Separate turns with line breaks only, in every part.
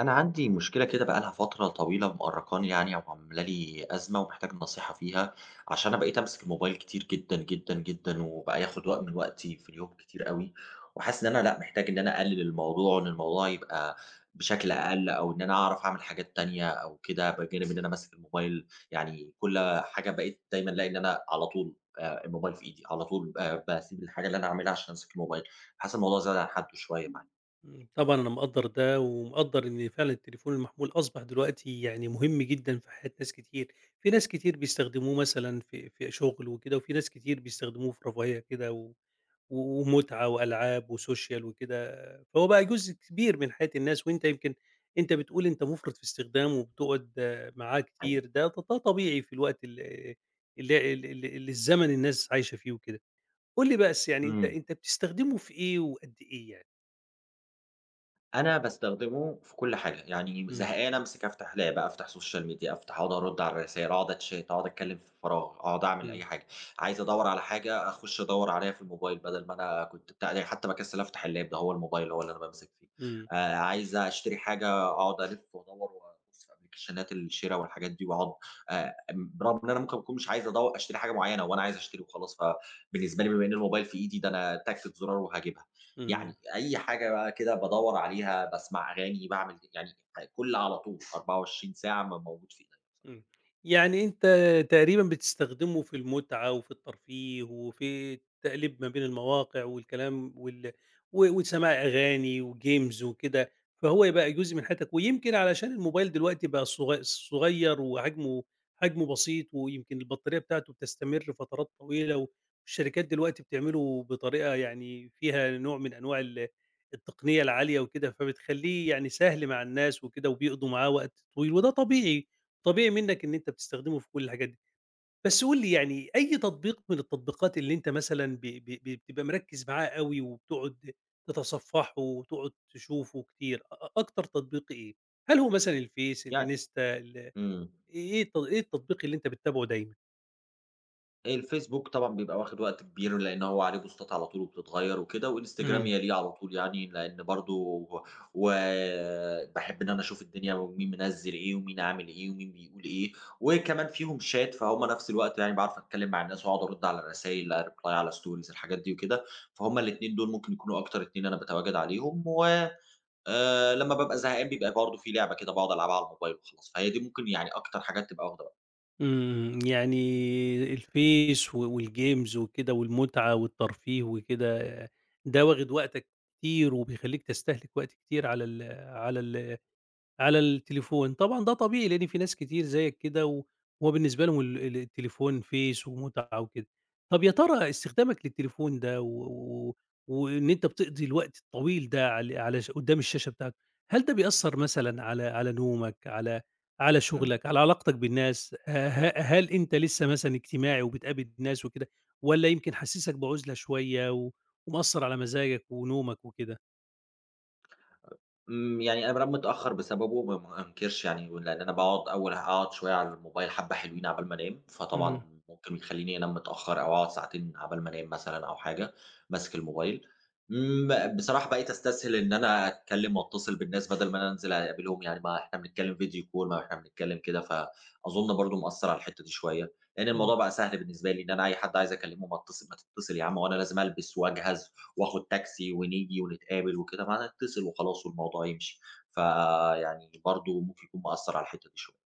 أنا عندي مشكلة كده بقى لها فترة طويلة مأرّقاني، يعني أو عاملة لي أزمة ومحتاج النصيحة فيها. عشان أنا بقيت أمسك الموبايل كتير جدًا، جدًا، جدًا، وبقى ياخد وقت من وقتي في اليوم كتير أوي. وحاسس إن أنا لأ، محتاج إن أنا أقلل الموضوع وإن الموضوع يبقى بشكل أقل، أو إن أنا أعرف أعمل حاجات تانية أو كده بجانب إن أنا ماسك الموبايل. يعني كل حاجة بقيت دايمًا ألاقي إن أنا على طول الموبايل في إيدي، على طول باسيب الحاجة اللي أنا عاملها عشان أمسك الموبايل. حاسس الموضوع زاد عن حدُّه شوية معايا.
طبعًا أنا مقدّر ده، ومقدّر إن فعلًا التليفون المحمول أصبح دلوقتي يعني مهم جدًا في حياة ناس كتير، في ناس كتير بيستخدموه مثلًا في شغل وكده، وفي ناس كتير بيستخدموه في رفاهية كده و و ومتعة وألعاب وسوشيال وكده، فهو بقى جزء كبير من حياة الناس، وأنت يمكن أنت بتقول أنت مُفرِط في استخدامه وبتقعد آه، معاه كتير، ده طبيعي في الوقت ال اللي ال ال اللي الزمن الناس عايشة فيه وكده. قُل لي بس يعني أنت
إمم.
أنت بتستخدمه في إيه وقد إيه يعني؟
أنا باستخدمه في كل حاجة، يعني
إمم،
زهقان أمسك أفتح لاب، أفتح سوشيال ميديا، أفتح أقعد أرد على الرسايل، أقعد أتشات، أقعد أتكلم في فراغ، أقعد أعمل أي
إمم.
حاجة. عايز أدوّر على حاجة أخش أدوّر عليها في الموبايل، بدل ما أنا كنت بتاع يعني، حتى باكسل أفتح اللاب، ده هو الموبايل هو اللي أنا بامسك فيه.
إمم،
عايز أشتري حاجة أقعد ألِف وأدوّر وأبُص في أبلكيشنات الشِرا والحاجات دي، وأقعد برغم إن أنا ممكن أكون مش عايز أشتري حاجة معيّنة، هو أنا عايز أشتري وخلاص. فبالنسبة لي بما إن الموبايل في إيدي ده، أنا تكة زرار وهاجيبها.
إمم.
يعني أي حاجة بقى كده بادوّر عليها، باسمع أغاني، باعمل يعني، كل على طول 24 ساعة موجود في إيديّا.
إمم. يعني أنت تقريبًا بتستخدمه في المتعة وفي الترفيه وفي التقليب ما بين المواقع والكلام وال و وسماع أغاني وgames وكده، فهو بقى جزء من حياتك ويمكن علشان الموبايل دلوقتي بقى صغير وحجمه بسيط ويمكن البطارية بتاعته بتستمر فترات طويلة والشركات دلوقتي بتعمله بطريقة يعني فيها نوع من أنواع التقنية العالية وكده، فبتخلّيه يعني سهل مع الناس وكده وبيقضوا معاه وقت طويل وده طبيعي. طبيعي منّك إن أنت بتستخدمه في كل الحاجات دي. بس قُل لي يعني أي تطبيق من التطبيقات اللي أنت مثلًا ب ب ب بتبقى مركّز معاه أوي وبتقعد تتصفّحه وتقعد تشوفه كتير، أ أ أكتر تطبيق إيه؟ هل هو مثلًا الفيس،
يعني
الإنستا، ال
إمم.
إيه الت إيه التطبيق اللي أنت بتتابعه دايمًا؟
الفيسبوك طبعًا بيبقى واخد وقت كبير، لإن هو عليه بوستات على طول وبتتغيّر وكده، وإنستجرام
إمم،
يليه على طول يعني، لإن برضه وباحب إن أنا أشوف الدنيا، ومين منزّل إيه، ومين عامل إيه، ومين بيقول إيه. وكمان فيهم chat، فهُم نفس الوقت يعني باعرف أتكلّم مع الناس وأقعد أرُد على الرسايل، reply على stories، الحاجات دي وكده. فهُم الاتنين دول ممكن يكونوا أكتر اتنين أنا باتواجد عليهم، و لمّا بابقى زهقان بيبقى برضه في لعبة كده باقعد ألعبها على الموبايل وخلاص. فهي دي ممكن يعني أكتر حاجات تبقى واخدة وقتي.
إمم، يعني الفيس و والجيمز وكده والمتعة والترفيه وكده، ده واخد وقتك كتير وبيخلّيك تستهلك وقت كتير على ال على التليفون، طبعًا ده طبيعي لإن في ناس كتير زيك كده و وهو بالنسبة لهم ال ال التليفون فيس ومتعة وكده. طب يا ترى استخدامك للتليفون ده و و وإن أنت بتقضي الوقت الطويل ده على على ش قدّام الشاشة بتاعته، هل ده بيأثّر مثلًا على نومك، على
إمم.
شغلك، على علاقتك بالناس؟ ه ه هل أنت لسه مثلًا اجتماعي وبتقابل ناس وكده والّا يمكن حاسسك بعُزلة شوية و ومأثّر على مزاجك ونومك وكده؟
إمم، يعني أنا بانام متأخّر بسببه ما أنكرش يعني، لإن أنا باقعد أول، أقعد شوية على الموبايل حبّة حلوين عقبال ما أنام، فطبعًا ممكن يخلّيني أنام متأخّر أو أقعد ساعتين عقبال ما أنام مثلًا أو حاجة، ماسك الموبايل. إمم، بصراحة بقيت أستسهل إن أنا أتكلّم وأتصل بالناس بدل ما أنا أنزل أقابلهم، يعني ما إحنا بنتكلّم فيديو call، ما إحنا بنتكلّم كده، فأظن برضه مأثّر على الحتّة دي شوية. لإن
اهم.
الموضوع بقى سهل بالنسبة لي، إن أنا أي حد عايز أكلّمه، ما تتصل يا عم، هو أنا لازم ألبس وأجهز وآخد تاكسي ونيجي ونتقابل وكده، ما هنتصل وخلاص والموضوع يمشي. فيعني برضه ممكن يكون مأثّر على الحتّة دي شوية.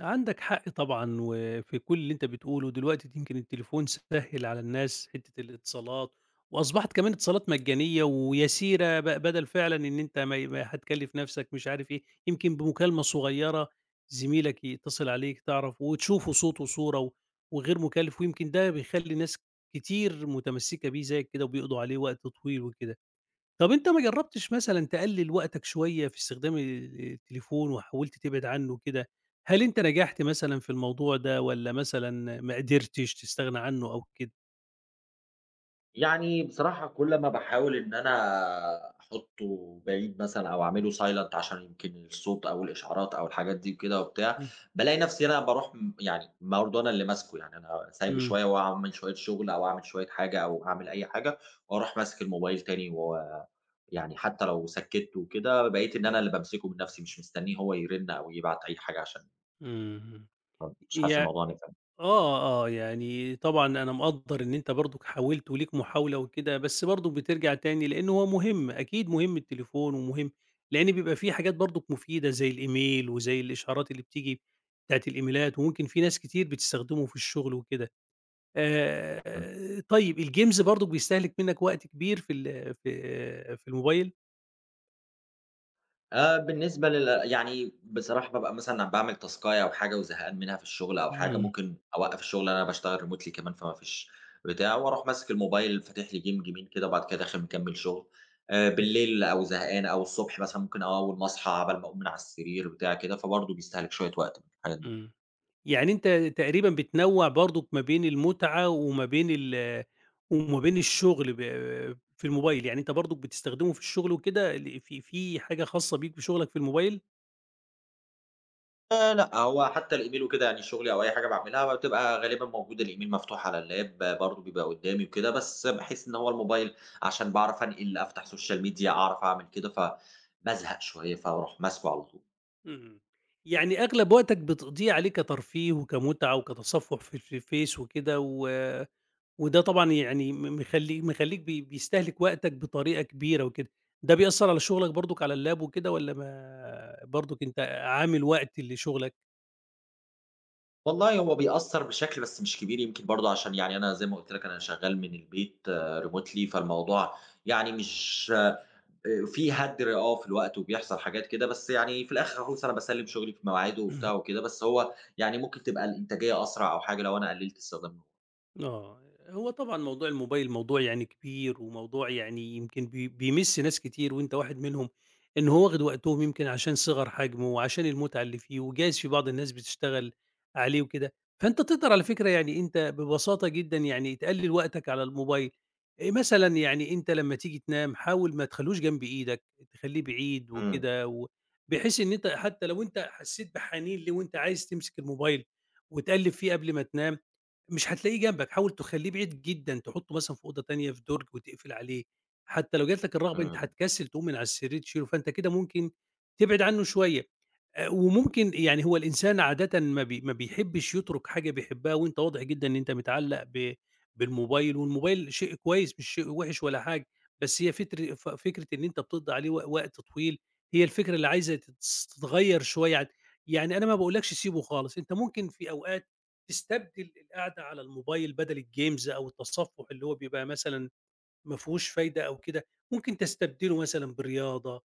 عندك حق طبعًا، وفي كل اللي أنت بتقوله، دلوقتي يمكن التليفون سهِّل على الناس حتّة الاتصالات، وأصبحت كمان اتصالات مجانية ويسيرة، بدل فعلًا إن أنت ما هتكلّف نَفْسك مش عارف إيه، يمكن بمكالمة صغيّرة زميلك يتصل عليك تعرف وتشوفه صوت وصورة و وغير مكلِّف، ويمكن ده بيخلّي ناس كتير متمسّكة بيه زيّك كده وبيقضوا عليه وقت طويل وكده. طب أنت ما جرّبتش مثلًا تقلِّل وقتك شوية في استخدام التليفون وحاولت تبعد عنه كده؟ هل أنت نجحت مثلًا في الموضوع ده والّا مثلًا ما قدرتش تستغنى عنه أو كده؟
يعني بصراحة كل ما باحاول إن أنا أحُطّه بعيد مثلًا أو أعمله silent، عشان يمكن الصوت أو الإشعارات أو الحاجات دي وكده وبتاع،
إمم،
بالاقي نفسي أنا باروح يعني برضه أنا اللي ماسكه. يعني أنا سايبه
إمم،
شوية وأعمل شوية شغل أو أعمل شوية حاجة أو أعمل أي حاجة، وأروح ماسك الموبايل تاني، و يعني حتى لو سكّتّه وكده بقيت إن أنا اللي بامسكه بنفسي، مش مستنيه هو يرن أو يبعت أي حاجة، عشان
إمم.
مش حاسس
يع
الموضوع نفع.
آه، آه، يعني طبعًا أنا مقدّر إن أنت برضُك حاولت وليك محاولة وكده، بس برضُك بترجع تاني لإن هو مهم، أكيد مهم التليفون ومهم لإن بيبقى في حاجات برضُك مفيدة زي الإيميل وزي الإشعارات اللي بتيجي بتاعة الإيميلات وممكن في ناس كتير بتستخدمه في الشغل وكده.
إمم.
طيب الجيمز برضه بيستهلك منّك وقت كبير في ال في في الموبايل؟
بالنسبة يعني بصراحة بابقى مثلًا باعمل تاسكاية أو حاجة وزهقان منها في الشغل أو حاجة،
إمم،
ممكن أوقّف الشغل، أنا باشتغل remotely كمان فما فيش بتاع، وأروح ماسك الموبايل فاتح لي game، جيمين كده وبعد كده داخل مكمّل شغل.
إمم،
بالليل أو زهقان أو الصبح مثلًا ممكن أول ما أصحى عقبال ما أقوم من على السرير بتاع كده، فبرضه بيستهلك شوية وقت من الحاجات دي.
إمم. يعني أنت تقريبًا بتنوّع برضُك ما بين المتعة وما بين الشغل في الموبايل، يعني أنت برضُك بتستخدمه في الشغل وكده ل في في حاجة خاصة بيك بشغلك في الموبايل؟
لأ، هو حتى الإيميل وكده يعني شغلي أو أي حاجة باعملها بتبقى غالبًا موجودة، الإيميل مفتوح على اللاب برضه بيبقى قدّامي وكده، بس باحس إن هو الموبايل عشان باعرف أنقل أفتح سوشيال ميديا، أعرف أعمل كده، فبازهق شوية فاروح ماسكه على طول.
إمم. يعني أغلب وقتك بتقضيه عليه كترفيه وكمتعة وكتصفُّح في الفيس وكده و وده طبعًا يعني م مخلّي مخلّيك بيستهلك وقتك بطريقة كبيرة وكده، ده بيأثّر على شغلك برضك على اللاب وكده والّا ما برضك أنت عامل وقت لشغلك؟
والله هو بيأثّر بشكل بس مش كبير، يمكن برضه عشان يعني أنا زي ما قُلت لك أنا شغّال من البيت آه، remotely، فالموضوع يعني مش في هدر آه في الوقت وبيحصل حاجات كده، بس يعني في الآخر خالص أنا باسلِّم شغلي في مواعيده وبتاع وكده، بس هو يعني ممكن تبقى الإنتاجية أسرع أو حاجة لو أنا قلِّلت استخدام النور.
آه، هو طبعًا موضوع الموبايل موضوع يعني كبير، وموضوع يعني يمكن بيمِس ناس كتير وأنت واحد منهم، إن هو واخد وقتهم يمكن عشان صغر حجمه وعشان المتعة اللي فيه، وجايز في بعض الناس بتشتغل عليه وكده، فأنت تقدر على فكرة يعني أنت ببساطة جدًا يعني تقلل وقتك على الموبايل، مثلًا يعني أنت لمّا تيجي تنام حاول ما تخلّوش جنب إيدك، تخلّيه بعيد
إمم،
وكده، بحيث إن أنت حتى لو أنت حسيت بحنين ليه وأنت عايز تمسك الموبايل وتقلّب فيه قبل ما تنام مش هتلاقيه جنبك، حاول تخلّيه بعيد جدًا، تحطه مثلًا في أوضة تانية في درج وتقفل عليه، حتى لو جات لك الرغبة أنت
إمم،
هتكسل تقوم من على السرير تشيله، فأنت كده ممكن تبعد عنه شوية. وممكن يعني هو الإنسان عادةً ما بيحبش يترك حاجة بيحبها، وأنت واضح جدًا إن أنت متعلق بالموبايل، والموبايل شيء كويس مش شيء وحش ولا حاجة، بس هي فتر ف فكرة إن أنت بتقضي عليه وقت طويل، هي الفكرة اللي عايزة تتغيّر شوية عن يعني أنا ما باقولكش سيبه خالص، أنت ممكن في أوقات تستبدل القعدة على الموبايل بدل الجيمز أو التصفح اللي هو بيبقى مثلًا ما فيهوش فايدة أو كده، ممكن تستبدله مثلًا برياضة،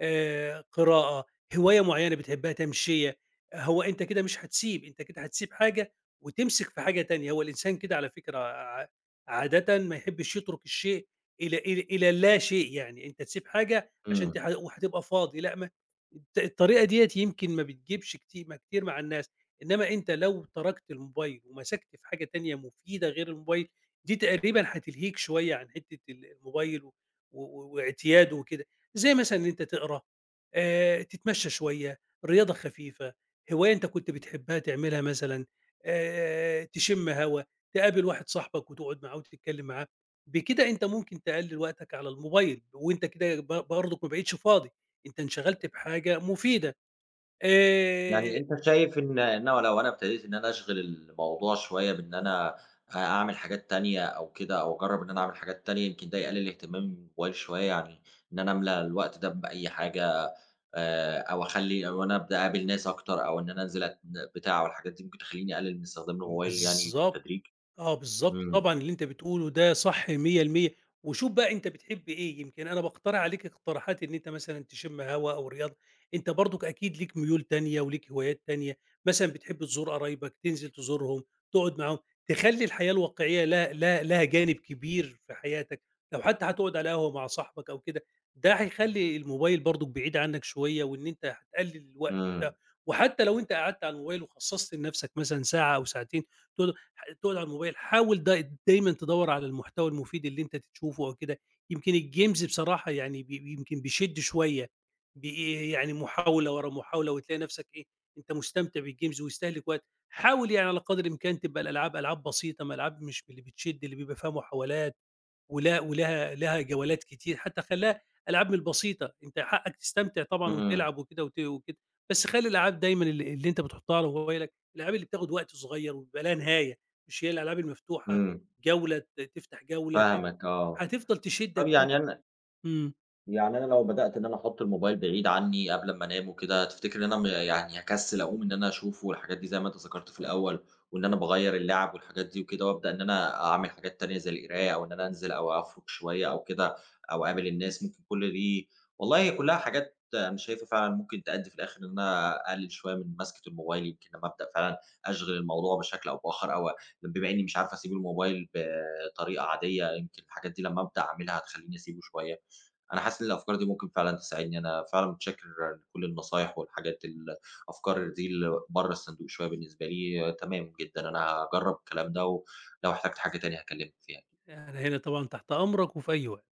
قراءة، هواية معيّنة بتحبها، تمشية، هو أنت كده مش هتسيب، أنت كده هتسيب حاجة وتمسك في حاجة تانية، هو الإنسان كده على فكرة عادةً ما يحبش يترك الشيء إلى اللا شيء، يعني أنت تسيب حاجة عشان
إمم.
وهتبقى فاضي، لأ، ما الطريقة ديّة يمكن ما بتجيبش كتي ما كتير مع الناس، إنما أنت لو تركت الموبايل ومسكت في حاجة تانية مفيدة غير الموبايل، دي تقريبًا هتلهيك شوية عن حتّة الموبايل و و واعتياده وكده. زي مثلًا إن أنت تقرا، تتمشى شوية، رياضة خفيفة، هواية أنت كنت بتحبها تعملها مثلًا، تشم هوا، تقابل واحد صاحبك وتقعد معاه وتتكلم معاه، بكده أنت ممكن تقلل وقتك على الموبايل، وأنت كده برضك ما بقيتش فاضي، أنت انشغلت بحاجة مفيدة.
يعني
آآ
أنت شايف إن أنا لو أنا ابتديت إن أنا أشغِل الموضوع شوية بإن أنا أعمل حاجات تانية أو كده، أو أجرّب إن أنا أعمل حاجات تانية، يمكن ده يقلِّل اهتمامي بالموبايل شوية يعني؟ إن أنا أملى الوقت ده بأي حاجة، أو أخلّي، أو أنا أبدأ أقابل ناس أكتر، أو إن أنا أنزل بتاع والحاجات دي ممكن تخلّيني أقلل من استخدام الموبايل يعني
بالضبط،
بالتدريج.
آه، بالضبط
إمم،
طبعًا اللي أنت بتقوله ده صح 100% وشوف بقى أنت بتحب إيه، يمكن أنا باقترح عليك اقتراحات إن أنت مثلًا تشم هوا أو رياضة، أنت برضك أكيد ليك ميول تانية وليك هوايات تانية، مثلًا بتحب تزور قرايبك، تنزل تزورهم، تقعد معاهم، تخلّي الحياة الواقعية لها جانب كبير في حياتك، لو حتى هتقعد على قهوة مع صاحبك أو كده، ده هيخلّي الموبايل برضك بعيد عنك شوية وإن أنت هتقلل الوقت
إمم،
وحتى لو أنت قعدت على الموبايل وخصصت لنفسك مثلًا ساعة أو ساعتين تقعد تقعد على الموبايل، حاول دايمًا تدوّر على المحتوى المفيد اللي أنت تشوفه أو كده، يمكن الجيمز بصراحة يعني يمكن بيشد شوية، يعني محاولة ورا محاولة وتلاقي نفسك إيه، أنت مستمتع بالجيمز ويستهلك وقت، حاول يعني على قدر الإمكان تبقى الألعاب ألعاب بسيطة، ما ألعاب مش من اللي بتشد، اللي بيبقى فيها محاولات ولها جولات كتير حتى خلّاها ألعاب من البسيطة، أنت حقك تستمتع طبعًا
إمم،
وتلعب وكده وكده، بس خلّي الألعاب دايمًا اللي أنت بتحطها على موبايلك، الألعاب اللي بتاخد وقت صغير وبيبقى لها نهاية، مش هي الألعاب المفتوحة
إمم،
جولة تفتح جولة
فاهمك آه.
هتفضل تشدك
طب
دي وت
يعني أنا
إمم،
يعني أنا لو بدأت إن أنا أحُط الموبايل بعيد عنّي قبل أمّا أنام وكده، تفتكر إن أنا يعني هاكسّل أقوم إن أنا أشوفه والحاجات دي زي ما أنت ذكرت في الأول، وإن أنا باغيّر اللعب والحاجات دي وكده، وأبدأ إن أنا أعمل حاجات تانية زي القراية، أو إن أنا أنزل أو أخرج شوية أو كده، أو أقابل الناس، ممكن كل دي، والله هي كُلّها حاجات أنا شايفها فعلًا ممكن تأدّي في الآخِر إن أنا أقلِّل شوية من مَسكة الموبايل. يمكن لمّا أبدأ فعلًا أشغِل الموضوع بشكل أو بآخَر، أو بما إنّي مش عارف أسيب الموبايل بطريقة عادية، يمكن الحاجات دي لمّا أبدأ أعملها هتخلّيني أسيبه شوية. أنا حاسس إن الأفكار دي ممكن فعلًا تساعدني، أنا فعلًا متشكر لكل النصايح والحاجات، الأفكار دي اللي برّه الصندوق شوية بالنسبة لي. آه، تمام جدًا. أنا هاجرّب الكلام ده، ولو احتجت حاجة تاني هاكلمك فيها.
أنا هنا طبعًا تحت أمرك وفي أي وقت.